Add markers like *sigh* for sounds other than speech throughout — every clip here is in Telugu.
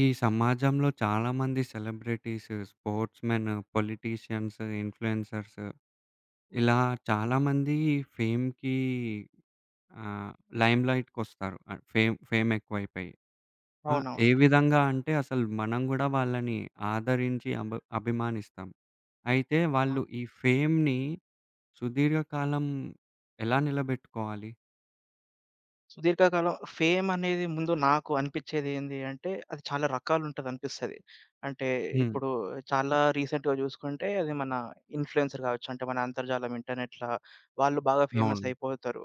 ఈ సమాజంలో చాలామంది సెలబ్రిటీస్, స్పోర్ట్స్‌మెన్, పొలిటీషియన్స్, ఇన్‌ఫ్లుయెన్సర్స్ ఇలా చాలామంది ఫేమ్‌కి ఆహ్, లైమ్‌లైట్‌కొస్తారు. ఫేమ్ ఫేమ్ ఎక్కువైపోయి. ఆ! ఏ అవునవును. విధంగా అంటే అసలు మనం గూడా వాళ్ళని ఆదరించి అభిమానిస్తాం. అయితే ఆ! వాళ్ళు ఈ ఫేమ్‌ని సుదీర్ఘకాలం ఎలా నిలబెట్టుకోవాలి? సుదీర్ఘకాలం ఫేమనేది ముందు నాకు అనిపిచ్చేది ఏంది అంటే, అది చాలా రకాలుంటదనిపిస్తది. అంటే హ్మ్. ఇప్పుడు చాలా రీసెంట్‌గా జూసుకుంటే అది మన ఇన్‌ఫ్లుయెన్సర్ గావచ్చు. అంటే మన అంతర్జాలం ఇంటర్నెట్‌లా వాళ్ళు బాగా అవును. ఫేమసయిపోతారు.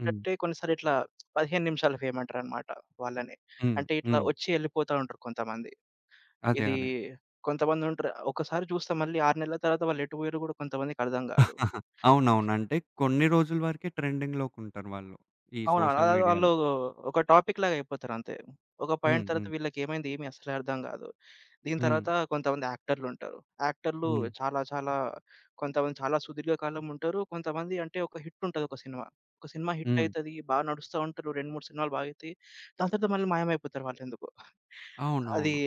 హ్మ్. కొన్నిసార్లు ఇట్లా 15 నిమిషాల ఫేమంటారనమాట వాళ్ళని. హ్మ్. అంటే ఇట్లా హ్మ్. ఒచ్చి యెళ్ళిపోతా ఉంటారు కొంతమంది. అదే. ఇది అదే. కొంతమందుంటరు. ఒకసారి చూస్తాం మళ్ళీ 6 నెలల తర్వాత వాళ్ళెటు పోయిర్రో గూడా కొంతమందికర్థం గాదు. అవునవును. అంటే కొన్ని రోజుల వరకే ట్రెండింగ్‌లోకుంటారు వాళ్ళు ఈ అవునా! సోషల్ అలా వాళ్ళు మీడియాలో. ఒక టాపిక్ లాగా అయిపోతారు అంతే. ఒక హ్మ్. పాయింట్ తర్వాత హ్మ్. వీళ్ళకేమైంది ఏమి అసలే అర్థం కాదు. దీని హ్మ్. తర్వాత కొంతమంది యాక్టర్‌లుంటారు. యాక్టర్‌లు హ్మ్. చాలా చాలా కొంతమంది చాలా సుదీర్ఘ కాలం ఉంటారు. కొంతమంది అంటే ఒక హిట్ ఉంటది ఒక సినిమా. ఒక సినిమా హిట్ హ్మ్. అయితది. బాగా నడుస్తా ఉంటారు. 2, 3 సినిమాలు బాగా అయితాయి. దాని తర్వాత మళ్ళీ మాయమైపోతారు వాళ్ళెందుకో. అది అవునవును.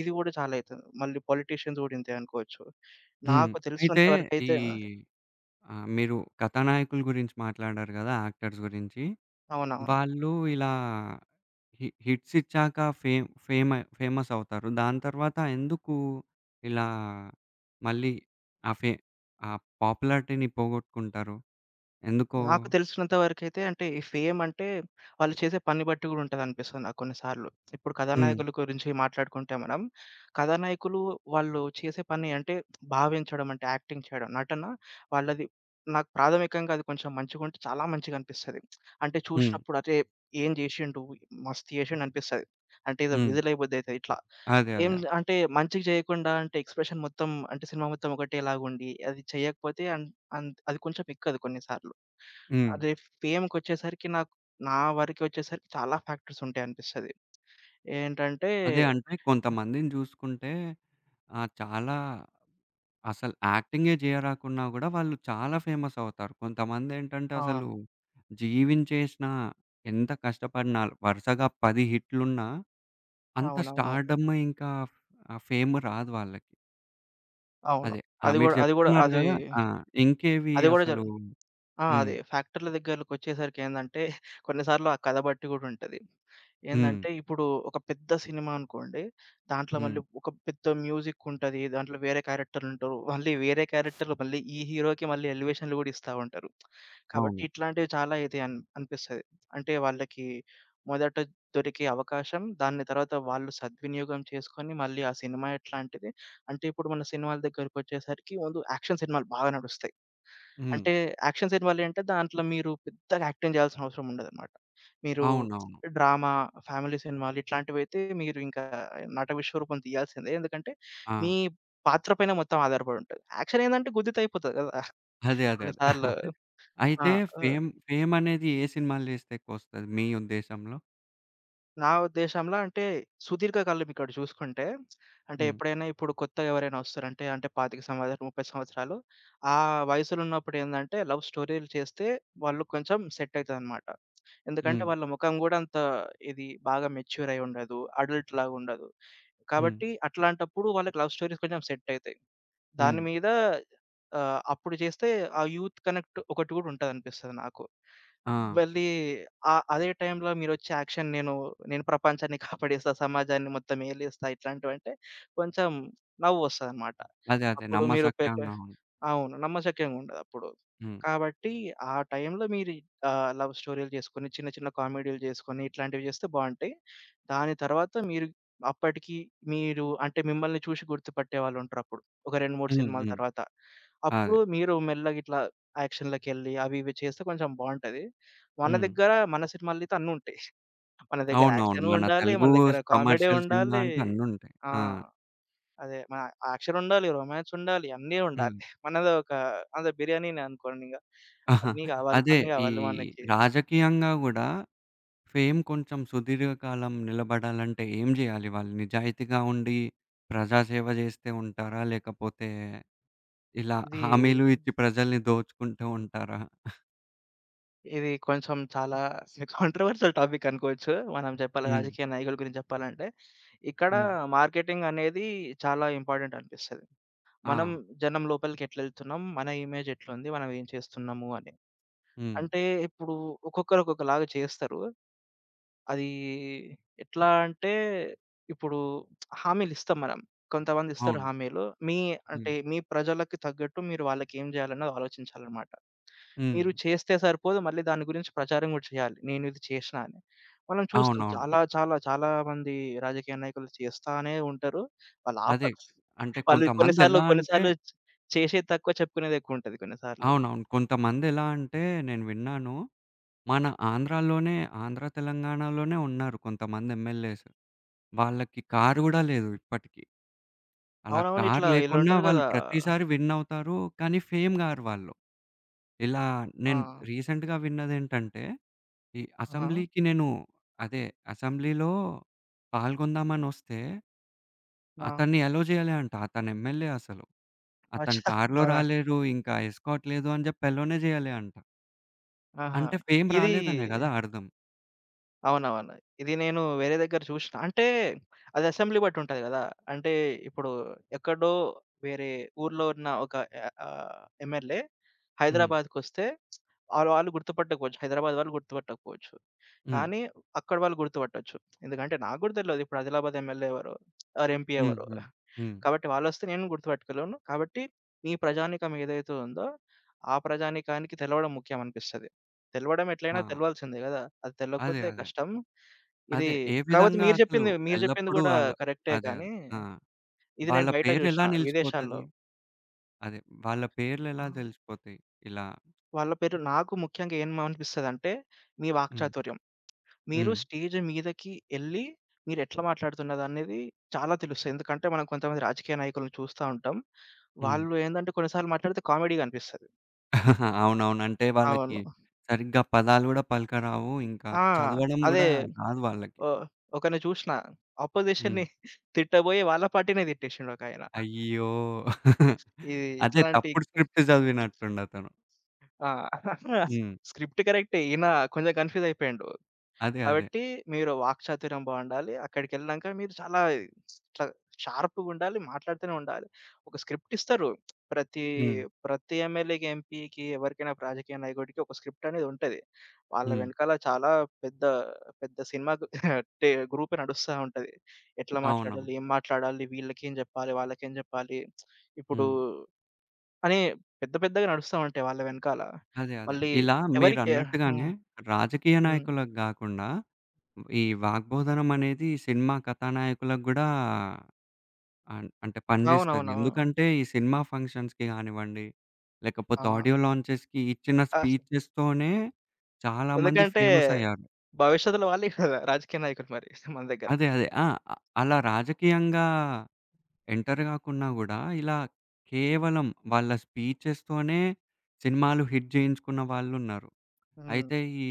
ఇది కూడా చాలా అయితది. మళ్ళీ పొలిటీషియన్స్ కూడా ఇంతే అనుకోవచ్చు. హ్మ్. నాకు అయితే తెలిసినంత ఈ వరకైతే మీరు కథానాయకుల గురించి మాట్లాడారు గదా! యాక్టర్స్ గురించి. అవునవును. వాళ్ళు ఇలా హిట్స్ ఇచ్చాక ఫేమ్ ఫేమ ఫేమస్ అవుతారు. దాని తర్వాత ఎందుకు ఇలా మళ్ళీ ఆ ఫే ఆ పాపులారిటీని పోగొట్టుకుంటారు? ఎందుకో? నాకు తెలిసినంత వరకైతే అంటే ఈ ఫేమ్ అంటే వాళ్ళు చేసే పని బట్టి గూడా ఉంటదనిపిస్తుంది నాకు కొన్నిసార్లు. ఇప్పుడు హ్మ్. కథానాయకుల గురించి మాట్లాడుకుంటే మనం, కథానాయకులు వాళ్ళు చేసే పని అంటే భావించడం అంటే యాక్టింగ్ చేయడం. నటన వాళ్ళది నాకు ప్రాథమికంగా అది కొంచెం మంచిగుంటే చాలా మంచిగనిపిస్తది. అంటే హ్మ్. చూసినప్పుడు అరే! ఏం జేషిండు మస్తు జేషిండు అనిపిస్తది. అంటే ఏదో హ్మ్. విధులైబుద్దయితది ఇట్లా. అదే. అదే. ఏం అదే. అంటే మంచిగా జేయకుండా అంటే ఎక్స్‌ప్రెషన్ మొత్తం అంటే సినిమా మొత్తం ఒకటేలాగుండి, అది చేయకపోతే అన్ అన్ అది కొంచెం ఎక్కదు కొన్ని సార్లు. హ్మ్. అదే ఫేమ్‌కొచ్చేసరికి నాకు నా వరకొచ్చేసరికి చాలా ఫ్యాక్టర్స్ ఉంటాయి అనిపిస్తది. ఏంటంటే అదే. అంటే కొంతమందిని జూసుకుంటే చాలా అసలు యాక్టింగే జేయరాకున్నా గూడా వాళ్ళు చాలా ఫేమస్ అవుతారు. కొంతమందేంటంటే అసలు అవును. జీవించేసినా, ఎంత కష్టపడినా, వరుసగా 10 హిట్లున్నా, అంత అవునవునవును. స్టార్‌డమ్ ఇంకా ఫేమ్ రాదు వాళ్ళకి. అవును. అదే. ఆ! అది మీరు గూడా అది గూడా జెప్తున్నారు అది గదా! ఆ! ఇంకేవి అది గూడా అసలు? జరు ఆ! హ్మ్. అదే ఫ్యాక్టరీల దగ్గరకొచ్చేసరికేందంటే, కొన్నిసార్లు ఆ కథ బట్టి గూడా ఉంటది. హ్మ్. ఏందంటే, ఇప్పుడు ఒక పెద్ద సినిమా అనుకోండి, దాంట్లో హ్మ్. మళ్ళీ ఒక పెద్ద మ్యూజిక్ ఉంటది. దాంట్లో వేరే క్యారెక్టర్‌లుంటరు. మళ్ళీ వేరే క్యారెక్టర్‌లు మళ్ళీ ఈ హీరోకి మళ్ళీ ఎలివేషన్‌లు గూడా ఇస్తా ఉంటారు. కాబట్టి అవును. ఇట్లాంటివి చాలా ఇది అనిపిస్తది. అంటే వాళ్ళకి మొదట దొరికే అవకాశం, దాన్ని తర్వాత వాళ్ళు సద్వినియోగం చేసుకొని మళ్ళీ ఆ సినిమా ఎట్లాంటిది అంటే ఇప్పుడు మన సినిమాల దగ్గరకొచ్చేసరికి ముందు యాక్షన్ సినిమాలు బాగా నడుస్తయి. హ్మ్. అంటే యాక్షన్ సినిమాలేంటే దాంట్లో మీరు పెద్దగా యాక్టింగ్ చేయాల్సిన అవసరం ఉండదనమాట. మీరు అవునవును. డ్రామా, ఫ్యామిలీ సినిమాలు ఇట్లాంటివైతే మీరు ఇంకా నట విశ్వరూపం తీయాల్సిందే. ఎందుకంటే మీ ఆ! పాత్ర పైన మొత్తం ఆధారపడి ఉంటది. యాక్షన్ ఏందంటే గుద్దితే అయిపోతది గదా! అదే. అదే. కొన్ని సార్లు. అదే. ఆ! అయితే ఆహ్, ఫేమనేది ఏ సినిమాలు చేస్తే ఎక్కువొస్తది మీ ఉద్దేశంలో? నా ఉద్దేశంలో అంటే సుదీర్ఘ కాలం ఇక్కడ చూసుకుంటే అంటే హ్మ్. ఎప్పుడైనా ఇప్పుడు కొత్తగా ఎవరైనా వస్తారంటే అంటే 25 సంవత్సరాలు, 30 సంవత్సరాలు ఆ వయసులో ఉన్నప్పుడు ఏందంటే లవ్ స్టోరీలు చేస్తే వాళ్ళు కొంచెం సెట్ అయితదనమాట. ఎందుకంటే హ్మ్. వాళ్ళ ముఖం గూడా అంత ఇది బాగా మెచ్యూర్ అయి ఉండదు. అడల్ట్ లాగా ఉండదు. హ్మ్. కాబట్టి అట్లాంటప్పుడు వాళ్ళకి లవ్ స్టోరీస్ కొంచెం సెట్ అయితాయి. హ్మ్. దాని మీద అప్పుడు చేస్తే ఆ యూత్ కనెక్ట్ ఒకటి గూడా ఉంటదనిపిస్తది నాకు. ఆ! మళ్ళీ అదే టైంలో మీరొచ్చే యాక్షన్ నేను ప్రపంచాన్ని *laughs* కాపాడేస్తా, సమాజాన్ని మొత్తం ఏలేస్తా ఇట్లాంటివంటే కొంచెం నవ్వొస్తదనమాట. అదే. అదే. అప్పుడు మీరు పె పె 'నమ్మశక్యంగా ఉంది.' అవును. నమ్మశక్యంగా ఉండదప్పుడు. హ్మ్. కాబట్టి ఆ టైంలో మీరు లవ్ స్టోరీలు చేసుకొని, చిన్న చిన్న కామెడీలు చేసుకొని, ఇట్లాంటివి చేస్తే బావుంటాయి. దాని తర్వాత మీరు అప్పటికి మీరు అంటే మిమ్మల్ని చూసి గుర్తుపట్టే వాళ్ళుంటారప్పుడు. ఒక 2, 3 హ్మ్. సినిమాల హ్మ్. తర్వాత. అదే. అప్పుడు మీరు మెల్లగా ఇట్లా యాక్షన్‌లకెళ్ళి అవి ఇవి చేస్తే కొంచెం బావుంటది. మన హ్మ్. దగ్గర మన సినిమాలయితే అన్నుంటాయి. మన దగ్గర అవునవును. యాక్షను మన ఉండాలి. తెలుగు మన దగ్గర కామెడీ కమర్షియల్ సినిమా ఉండాలి. అంటే అన్నుంటాయి. ఆ! ఆ! అదే. మన యాక్షనుండాలి, రొమాన్సుండాలి, అన్నీ హ్మ్. ఉండాలి. *laughs* మనది ఒక అదే బిర్యానీనే అనుకోండింగ. అన్నీ *laughs* గావాలి, అదే అన్నీ ఈ గావాలి మనకి. రాజకీయంగా గూడా ఫేమ్ కొంచెం సుదీర్ఘకాలం నిలబడాలంటే ఏం జేయాలి వాళ్ళు? నిజాయితీగా ఉండి ప్రజాసేవ జేస్తే ఉంటారా? లేకపోతే ఇలా ఇది, హామీలు ఇచ్చి ప్రజల్ని దోచుకుంటూ ఉంటారా? ఇది కొంచెం చాలా *laughs* కాంట్రోవర్షియల్ టాపిక్ అనుకోవచ్చు. మనం చెప్పాలి హ్మ్. రాజకీయ నాయకుల గురించి చెప్పాలంటే. ఇక్కడ హ్మ్. మార్కెటింగ్ అనేది చాలా ఇంపార్టెంట్ అనిపిస్తది. ఆ! మనం జనం లోపలికి ఎట్లెళ్తున్నాం, మన ఇమేజ్ ఎట్లుంది, మనం ఏం చేస్తున్నాము అని. హ్మ్. అంటే ఇప్పుడు ఒక్కొక్కరు ఒక్కొక్కలాగా చేస్తరు. అది ఎట్లా అంటే, ఇప్పుడు హామీలిస్తాం మనం. కొంతమంది ఇస్తారు అవును. హామీలు. మీ హ్మ్. అంటే మీ ప్రజలకి తగ్గట్టు మీరు వాళ్ళకేం జేయాలన్నది ఆలోచించాలన్నమాట. హ్మ్. మీరు చేస్తే సరిపోదు, మళ్ళీ దాని గురించి ప్రచారం గూడా చేయాలి. నేను ఇది చేషినా అని. మనం చూస్తాం అవునవును. చాలా, చాలా, చాలా మంది రాజకీయ నాయకులు చేస్తానే ఉంటారు. వాళ్ళు అదే. ఆపరు. అంటే వాళ్ళు కొన్ని సార్లు కొంతమందెలా కొన్ని అంటే సార్లు చ్ చేసేది తక్కువ, చెప్పుకునేది ఎక్కువుంటది కొన్ని సార్లు. అవునవును, కొంతమందెలా అంటే నేను విన్నాను. మన ఆంధ్రాలోనే, ఆంధ్ర, తెలంగాణలోనే ఉన్నారు కొంతమంది ఎమ్మెల్యేస్. వాళ్ళకి కారు గూడా లేదు ఇప్పటికి. అలా అవునవును. కారు ఇట్లా లేకున్నా ఈళ్ళుంటారు వాళ్ళు గదా! ప్రతిసారి విన్ అవుతారు, కానీ ఫేమ్ గారు వాళ్ళు. ఇలా ఆ! నేను రీసెంట్‌గా విన్నదేంటంటే, ఈ ఆహా! అసెంబ్లీకి నేను అదే అసెంబ్లీలో పాల్గొందామనొస్తే ఆ! అతన్ని అలో జేయలే అంట. అతను ఎమ్మెల్యే అసలు. అతను అచ్చా! కారులో అవునా? రాలేరు, ఇంకా ఎస్కార్ట్ లేదు అని జెప్పి అలోనే జేయలే అంట. ఆహా! అంటే ఫేమ్ ఇది రాలేదనే గదా అర్థం. అవునవును. ఇది నేను వేరే దగ్గర చూషిన. అంటే అది అసెంబ్లీ బట్టి ఉంటది గదా! అంటే ఇప్పుడు ఎక్కడో వేరే ఊర్లో ఉన్న ఒక ఆహ్, ఆహ్, ఎమ్మెల్యే హ్మ్. హైదరాబాద్‌కొస్తే వాళ్ళు గుర్తుపట్టకపోవచ్చు. హైదరాబాద్ వాళ్ళు గుర్తుపట్టకపోవచ్చు. హ్మ్. కానీ అక్కడ వాళ్ళు గుర్తుపట్టొచ్చు. ఎందుకంటే నాకు గూడా తెలవదు ఇప్పుడు ఆదిలాబాద్ ఎమ్మెల్యే ఎవరో ఆర్ ఎంపీ హ్మ్. ఎవరో. హ్మ్. హ్మ్. కాబట్టి వాళ్ళొస్తే నేను గుర్తుపెట్టుకోలేను. కాబట్టి మీ ప్రజానీకం ఏదైతే ఉందో, ఆ ప్రజానీకానికి తెలవడం ముఖ్యం అనిపిస్తది. తెలవడం ఆ! ఎట్లైనా తెలవాల్సిందే గదా! అది అదే. తెలవకపోతే అదే. కష్టం. ఇది అదే. ఏ కాపోతే విధంగా అసలు మీరు జెప్పింది ఎల్లప్పుడూ గూడా ఆళ్ళ కరెక్టే అదే. అదే. కానీ, ఆ! ఇది వాళ్ళ నేను బయట పేరెలా జూషిన విదేశాల్లో. నిలిచిపోతది? అదే. వాళ్ళ ఆ! పేర్లెలా దెలిసిపోతాయి ఇలా? వాళ్ళ పేరు నాకు ముఖ్యంగా ఏమనిపిస్తదంటే, మీ హ్మ్. వాక్చాతుర్యం. మీరు హ్మ్. స్టేజ్ మీదకి ఎళ్లి మీరెట్లా మాట్లాడుతున్నదనేది చాలా తెలుస్తది. ఎందుకంటే మనం కొంతమంది రాజకీయ నాయకులను చూస్తా ఉంటాం. హ్మ్. వాళ్ళు ఏందంటే కొన్ని సార్లు మాట్లాడితే కామెడీగా అనిపిస్తది. అవునవును. అంటే వాళ్ళకి అవును. సరిగ్గా పదాలు గూడా పలకరావు. ఇంకా ఆ! చదవడం అదే గూడా రాదు వాళ్ళకి. ఒ ఒకరిని చూసిన హ్మ్. అపోజిషన్‌ని తిట్టబోయి వాళ్ళ పార్టీనే తిట్టేసిండొకాయన. అయ్యో! ఇది అదే ఇట్లాంటి తప్పుడు స్క్రిప్ట్ చదివినట్టుండతను. ఆ! హ్మ్. స్క్రిప్ట్ కరెక్టే. ఈయన కొంచెం కన్‌ఫ్యూజ్ అయిపోయిండు. అదే. అదే. కాబట్టి మీరు వాక్చాతుర్యం బావుండాలి. అక్కడికెళ్ళినంక మీరు చాలా ఇట్లా షార్ప్‌గుండాలి. మాట్లాడుతూనే ఉండాలి. ఒక స్క్రిప్ట్ ఇస్తారు. ప్రతి, హ్మ్. ప్రతి ఎమ్మెల్యేకి, ఎంపీకి, ఎవరికైనా రాజకీయ నాయకుడికి ఒక స్క్రిప్ట్ అనేది ఉంటది. వాళ్ళ హ్మ్. వెనకాల చాలా పెద్ద, పెద్ద సినిమా గ్రూపే నడుస్తా ఉంటది. ఎట్లా అవునవును. మాట్లాడాలి? ఏం మాట్లాడాలి? వీళ్ళకేం జెప్పాలి? వాళ్ళకేం జెప్పాలి? ఇప్పుడు హ్మ్. అని పెద్దగా నడుస్తా ఉంటాయి వాళ్ళ వెనకాల. అదే. అదే. మళ్ళీ ఇలా ఎవరికి హ్మ్. మీరన్నట్టుగానే రాజకీయ హ్మ్. నాయకులకు గాకుండా, ఈ వాగ్బోధనం అనేది సినిమా కథానాయకులకు గూడా అంటే పని జేస్తది. అవునవును. ఎందుకంటే, ఈ సినిమా ఫంక్షన్స్‌కి గానివ్వండి, లేకపోతే ఆ! ఆడియో లాంచెస్‌కి ఇచ్చిన ఆ! స్పీచెస్‌తోనే చాలామంది ఎందుకంటే ఫేమసయ్యారు. భవిష్యత్తులో వాళ్ళే కదా! రాజకీయ నాయకులు మరి మన దగ్గర. అదే. అదే. ఆ! అ అలా రాజకీయంగా ఎంటర్ గాకున్నా గూడా, ఇలా కేవలం వాళ్ళ స్పీచెస్‌తోనే సినిమాలు హిట్ జేయించుకున్న వాళ్ళున్నారు. హ్మ్. అయితే ఈ,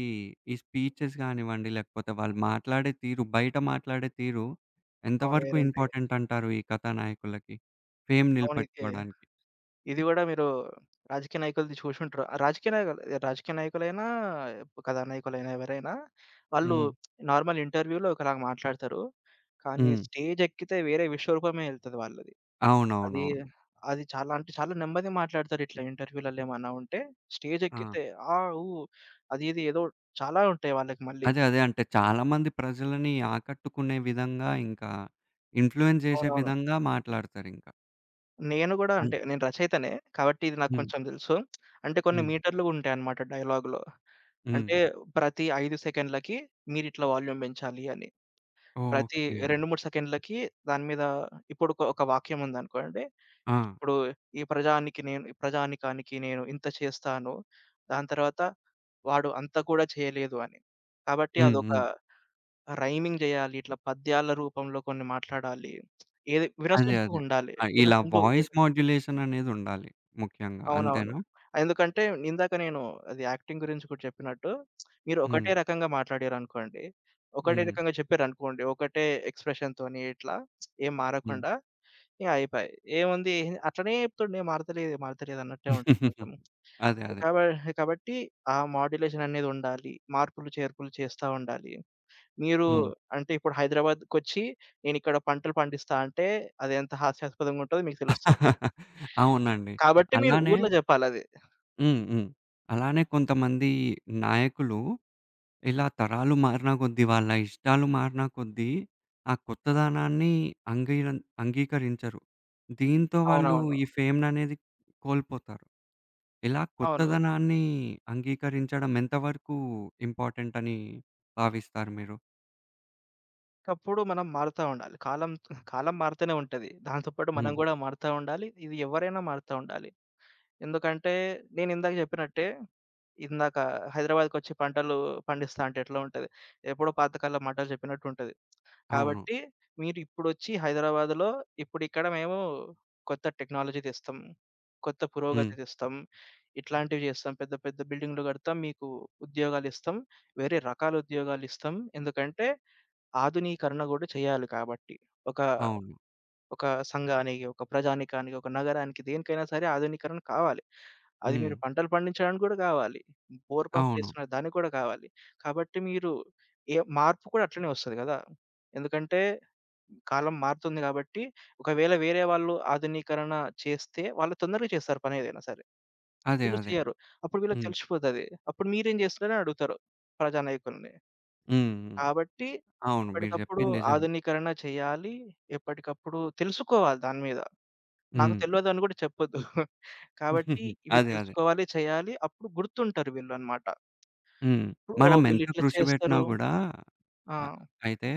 ఈ స్పీచెస్ గానివ్వండి, లేకపోతే వాళ్ళు మాట్లాడే తీరు, బయట మాట్లాడే తీరు అవును. ఎంతవరకు వేరుంటాయి. ఇంపార్టెంట్ అంటారు ఈ కథానాయకులకి ఫేమ్ అవును. ఇది నిలబెట్టుకోడానికి? ఇది గూడా మీరు రాజకీయ నాయకులది చూసుంటారు. ఆ రాజకీయ నాయకులు రాజకీయ నాయకులైనా, కథానాయకులైనా ఎవరైనా వాళ్ళు హ్మ్. నార్మల్ ఇంటర్వ్యూలో ఒకలాగా మాట్లాడతారు. కానీ హ్మ్. స్టేజ్ ఎక్కితే వేరే విశ్వరూపమే ఎళ్తది వాళ్ళది. అది అవునవునవును. అది చాలా అంటే చాలా నెమ్మదిగా మాట్లాడతారు ఇట్లా ఇంటర్వ్యూలలో ఏమన్నా ఉంటే. స్టేజ్ ఆ! ఎక్కితే ఆ! ఊ అది ఇది ఏదో చాలా ఉంటాయి వాళ్ళకి మళ్ళీ. అదే. అదే. అంటే చాలామంది ప్రజలని ఆకట్టుకునే విధంగా ఇంకా ఇన్‌ఫ్లూయెన్స్ చేసే అవునవును. విధంగా మాట్లాడతారింక. నేను గూడా అన్ అంటే నేను రచయితనే. కాబట్టి ఇది నాకు హ్మ్. కొంచెం తెలుసు. అంటే కొన్ని హ్మ్. మీటర్లు ఉంటాయన్నమాట డైలాగ్‌లో. హ్మ్. అంటే ప్రతి 5 సెకండ్లకి మీరిట్లా వాల్యూమ్ పెంచాలి అని. ప్రతి ఓకే. 2, 3 సెకండ్లకి దాని మీద ఇప్పుడు ఒక ఒక వాక్యం ఉందనుకోండి. ఆ! ఇప్పుడు ఈ ప్రజానీకానికి నేను ఇంత చేస్తాను. దాని తర్వాత వాడు అంత కూడా చేయలేదు అని. కాబట్టి హ్మ్. అదొక హ్మ్. రైమింగ్ జేయాలి. ఇట్లా పద్యాల రూపంలో కొన్ని మాట్లాడాలి. ఏది అదే. అదే. వినసొంపుగుండాలి. ఆ! ఇలా వినసొంపు వాయిస్ మాడ్యులేషన్ అనేదుండాలి ముఖ్యంగా. అవునవును. అంతేనా? ఎందుకంటే ఇందాక నేను అది యాక్టింగ్ గురించి కూడా చెప్పినట్టు, మీరు హ్మ్. ఒకటే రకంగా మాట్లాడారనుకోండి, ఒకటే హ్మ్. రకంగా చెప్పారనుకోండి, ఒకటే ఎక్స్‌ప్రెషన్‌తోని ఇట్లా ఏం హ్మ్. మారకుండా ఇగ అయిపాయే. ఏముంది అట్లనే చెప్తుండు "ఏం మారతలేదు, ఏం మారతలేదు" అన్నట్టే ఉంటది కొంచెం. *laughs* అదే. అదే. కాబ కాబట్టి ఆ మాడ్యులేషన్ అనేది ఉండాలి. మార్పులు, చేర్పులు చేస్తా ఉండాలి. మీరు హ్మ్. అంటే ఇప్పుడు హైదరాబాద్‌కొచ్చి నేనిక్కడ పంటలు పండిస్తా అంటే అది ఎంత హాస్యాస్పదంగా ఉంటదో మీకు తెలుస్తది. *laughs* అవునండి. కాబట్టి మీరు అలానే ఊర్లో జెప్పాలది. హ్మ్. హ్మ్. అలానే కొంతమంది నాయకులు ఇలా తరాలు మారిన కొద్దీ, వాళ్ళ ఇష్టాలు మారిన కొద్దీ, ఆ కొత్తదనాన్ని అంగీరం అంగీకరించరు. దీంతో వాళ్ళు అవునవును. ఈ ఫేమ్‌ననేది కోల్పోతారు. ఇలా అవును. కొత్తదనాన్ని అంగీకరించడం ఎంతవరకు ఇంపార్టెంటని భావిస్తారు మీరు? ఒకప్పుడు మనం మారుతా ఉండాలి. కాలం కాలం మారుతూనే ఉంటది. దాంతో పాటు మనం హ్మ్. గూడా మారుతా ఉండాలి. ఇది ఎవరైనా మారుతా ఉండాలి. ఎందుకంటే నేనిందాక జెప్పినట్టే, ఇందాక హైదరాబాద్‌కొచ్చి పంటలు పండిస్తా అంటే ఎట్లా ఉంటది? ఎప్పుడో పాతకాలం మాటలు చెప్పినట్టు ఉంటది. అవును. కాబట్టి మీరు ఇప్పుడొచ్చి హైదరాబాద్‌లో ఇప్పుడిక్కడ మేము కొత్త టెక్నాలజీ తెస్తాం. కొత్త హ్మ్. పురోగతి తెస్తాం. ఇట్లాంటివి జేస్తాం. పెద్ద పెద్ద బిల్డింగ్‌లు గడతాం. మీకు ఉద్యోగాలిస్తాం. వేరే రకాల ఉద్యోగాలిస్తాం. ఎందుకంటే ఆధునీకరణ గూడా చేయాలి కాబట్టి. ఒక, అవును. ఒక సంఘానికి, ఒక ప్రజానీకానికి, ఒక నగరానికి దేనికైనా సరే ఆధునీకరణ కావాలి. అది హ్మ్. మీరు పంటలు పండించడానికి గూడా గావాలి. బోర్ అవును. పంపులేస్తున్నారు దానికి గూడా కావాలి. కాబట్టి మీరు ఏ మార్పు కూడా అట్లనే వస్తది గదా! ఎందుకంటే కాలం మారుతుంది గాబట్టి, ఒకవేళ వేరే వాళ్ళు ఆధునీకరణ చేస్తే వాళ్ళు తొందరగా చేస్తారు పనేదైనా సరే. అదే. వీళ్ళు అదే. చేయరు. అప్పుడు వీళ్ళకి హ్మ్. తెలిసిపోతది. అప్పుడు మీరేం జేస్తున్నారని అడుగుతారు ప్రజానాయకుల్ని. హ్మ్. హ్మ్. కాబట్టి అవును, మీరు ఎప్పటికప్పుడు చెప్పింది నిజమే. ఆధునీకరణ చేయాలి. ఎప్పటికప్పుడు తెలుసుకోవాలి దాని మీద. నాకు హ్మ్. తెలవదని గూడా చెప్పొద్దు. *laughs* కాబట్టి ఇవి అదే. అదే. తెలుసుకోవాలి, చేయాలి. అప్పుడు గుర్తుంటారు వీళ్ళనమాట. హ్మ్. ఇప్పుడు మనం ఓహ్! ఎంత వీళ్ళిట్లా కృషి పెట్టినా చేస్తారు. గూడా ఆ! అ అయితే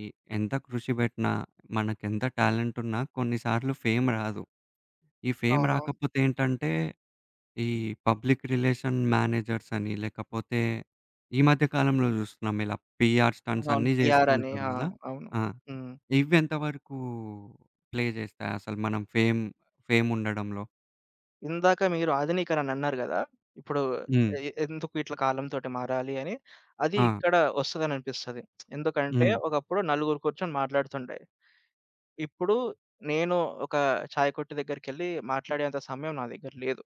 ఈ ఎంత కృషి పెట్టినా, మనకెంత టాలెంట్ ఉన్నా కొన్నిసార్లు ఫేమ్ రాదు. ఈ ఫేమ్ అవునవును. రాకపోతే ఏంటంటే, ఈ పబ్లిక్ రిలేషన్ మేనేజర్స్ అని, లేకపోతే ఈ మధ్య కాలంలో చూస్తున్నాం ఇలా పీఆర్ స్టంట్స్ అవునవును. అన్నీ చేస్తూ పీఆర్ అని. ఉంటారు ఆ! కదా! అవును. ఆ! హ్మ్. ఇవెంత వరకు ప్లే చేస్తాయి అసలు మనం ఫేమ్ ఉండడంలో? ఇందాక మీరు ఆధునీకరణ అన్నారు గదా! ఇప్పుడు హ్మ్. ఎందుకు ఇట్లా కాలంతోటి మారాలి అని. అది ఆ! ఇక్కడ వస్తదననిపిస్తది. ఎందుకంటే హ్మ్. ఒకప్పుడు నలుగురు కూర్చొని మాట్లాడుతుండే. ఇప్పుడు నేను ఒక చాయ్ కొట్టు దగ్గరికెళ్ళి మాట్లాడేంత సమయం నా దగ్గర లేదు.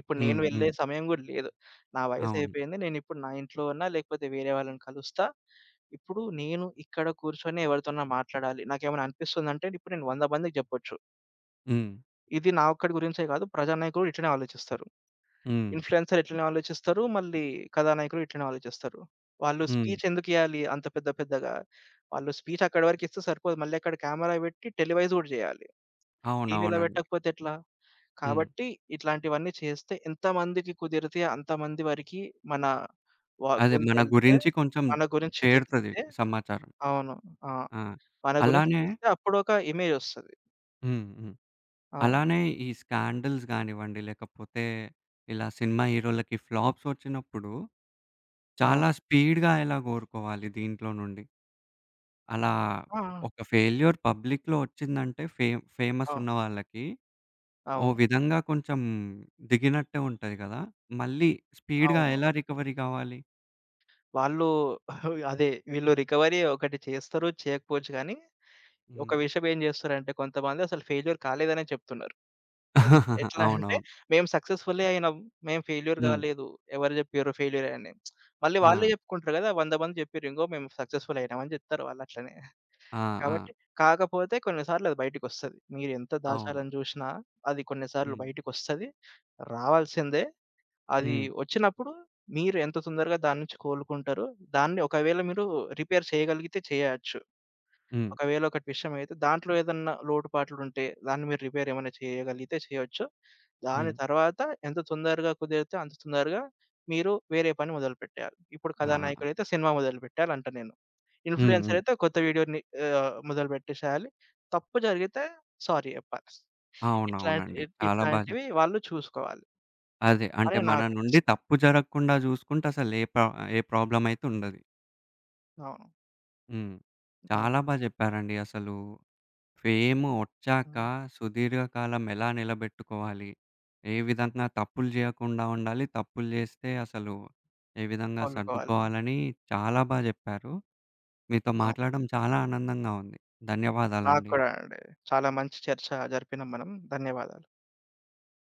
ఇప్పుడు నేను హ్మ్. వెళ్ళే హ్మ్. సమయం గూడా లేదు. నా అవును. వయసయిపోయింది. నేనిప్పుడు నా ఇంట్లో ఉన్నా, లేకపోతే వేరే వాళ్ళని కలుస్తా. ఇప్పుడు నేను ఇక్కడ కూర్చొని ఎవరితోన్నా మాట్లాడాలి. నాకేమైనా అనిపిస్తుందంటే ఇప్పుడు నేను 100 మందికి జెప్పొచ్చు. హ్మ్. ఇది నా ఒక్కడి గురించే గాదు. ప్రజానాయకులు ఇట్లనే ఆలోచిస్తారు. హ్మ్. ఇన్‌ఫ్లుయెన్సర్ ఇట్లనే ఆలోచిస్తారు. మళ్ళీ కథానాయకులు ఇట్లనే ఆలోచిస్తారు. వాళ్ళు హ్మ్. స్పీచ్ ఎందుకియ్యాలి అంత పెద్ద పెద్దగా? వాళ్ళు స్పీచ్ అక్కడి వరకిస్తే సరిపోదు. మళ్ళీ అక్కడ కెమెరా బెట్టి టెలివైజ్ గూడా జేయాలి. టీవీలో అవునవునండి. పెట్టకపోతే ఎట్లా? హ్మ్. కాబట్టి ఇట్లాంటివన్నీ చేస్తే ఎంతమందికి కుదిరితే అంతమంది వరకి మన అదే మన గొంతెళితే, గురించి కొంచెం మన గురించి చేరుతది తెలిస్తే సమాచారం. అవును. ఆ! ఆ! మన గురించి అలానే తెలిస్తే అప్పుడొక ఇమేజొస్తది. హ్మ్. హ్మ్. అవును. అలానే ఈ స్కాండల్స్ గానివ్వండి, లేకపోతే ఇలా సినిమా హీరోలకి ఫ్లాప్స్ వచ్చినప్పుడు అవును. చాలా స్పీడ్‌గా ఎలా కోలుకోవాలి దీంట్లో నుండి? అలా ఆ! ఆ! ఒక ఫెయిల్యూర్ పబ్లిక్‌లో వచ్చిందంటే ఫేమస్ ఉన్న అవును. వాళ్ళకి ఓ అవును. విధంగా కొంచెం దిగినట్టే ఉంటది కదా! మళ్ళీ స్పీడ్‌గా అవును. ఎలా రికవరీ కావాలి? వాళ్ళు *laughs* అదే వీళ్ళు రికవరీ ఒకటి చేస్తారు, చేయకపోవచ్చు గానీ, ఒక హ్మ్. విషయం ఏం చేస్తారంటే కొంతమంది అసలు ఫెయిల్యూర్ కాలేదనే చెప్తున్నారు. ఎన్ *laughs* ఎట్లా అంటే అవునవును. మేము సక్సెస్‌ఫు‌లే అయినాం. మేము ఫెయిల్యూర్ హ్మ్. గాలేదు. ఎవరు జెప్పిర్రు ఫెయిల్యూరే అని. మళ్ళీ ఆ! వాళ్ళే జెప్పుకుంటారు గదా! 100 మంది జెప్పిర్రు ఇంగో మేము సక్సెస్‌ఫుల్ అయినాం అని జెప్తారు వాళ్ళట్లనే. ఆ! ఆ! కాబట్టి కాకపోతే కొన్నిసార్లు అది బయటికొస్తది. మీరెంత అవును. దాచాలని జూషినా అది కొన్నిసార్లు హ్మ్. బయటికొస్తది. రావాల్సిందే. అది హ్మ్. వచ్చినప్పుడు మీరు ఎంత తొందరగా దాని నుంచి కోలుకుంటారో దాన్ని ఒకవేళ మీరు రిపేర్ చేయగలిగితే చేయచ్చు. హ్మ్. ఒకవేళ ఒకటి విషయమైతే దాంట్లో ఏదన్నా లోటుపాట్లుంటే దాన్ని మీరు రిపేరేమైనా చేయగలిగితే చేయొచ్చు. దాని హ్మ్. తర్వాత ఎంత తొందరగా కుదిరితే అంత తొందరగా మీరు వేరే పని మొదలుపెట్టేయాలి. ఇప్పుడు ఆ! కథానాయకుడైతే సినిమా మొదలుపెట్టాలంట నేను. హ్మ్. ఇన్‌ఫ్లుయెన్సర్ హ్మ్. అయితే కొత్త వీడియోని మొదలుపెట్టేసేయాలి. తప్పు జరిగితే సారీ జెప్పాలి. అవునవునండి. చాలా బా ఇట్లాంటివి చెప్పారు. వాళ్ళు చూసుకోవాలి అదే అంటే అని మన నుండి నాకనిపిస్తది. తప్పు జరగకుండా జూసుకుంటే అసలు ఏ ప్రాబ్లమ్ అయితే ఉండదు. అవును. హ్మ్. అవును. చాలా బా జెప్పారండి. అసలు ఫేమ్ ఒచ్చాక హ్మ్. సుదీర్ఘకాలం ఎలా నిలబెట్టుకోవాలి? ఏ విధంగా తప్పులు జేయకుండా ఉండాలి? తప్పులు జేస్తే అసలు ఏ విధంగా వదులుకోవాలి. సర్దుకోవాలని చాలా బా జెప్పారు. మీతో అవును. మాట్లాడడం చాలా ఆనందంగా ఉంది. నాకు ధన్యవాదాలండి. కూడా అండి. చాలా మంచి చర్చ జరిపినాం మనం. ధన్యవాదాలు.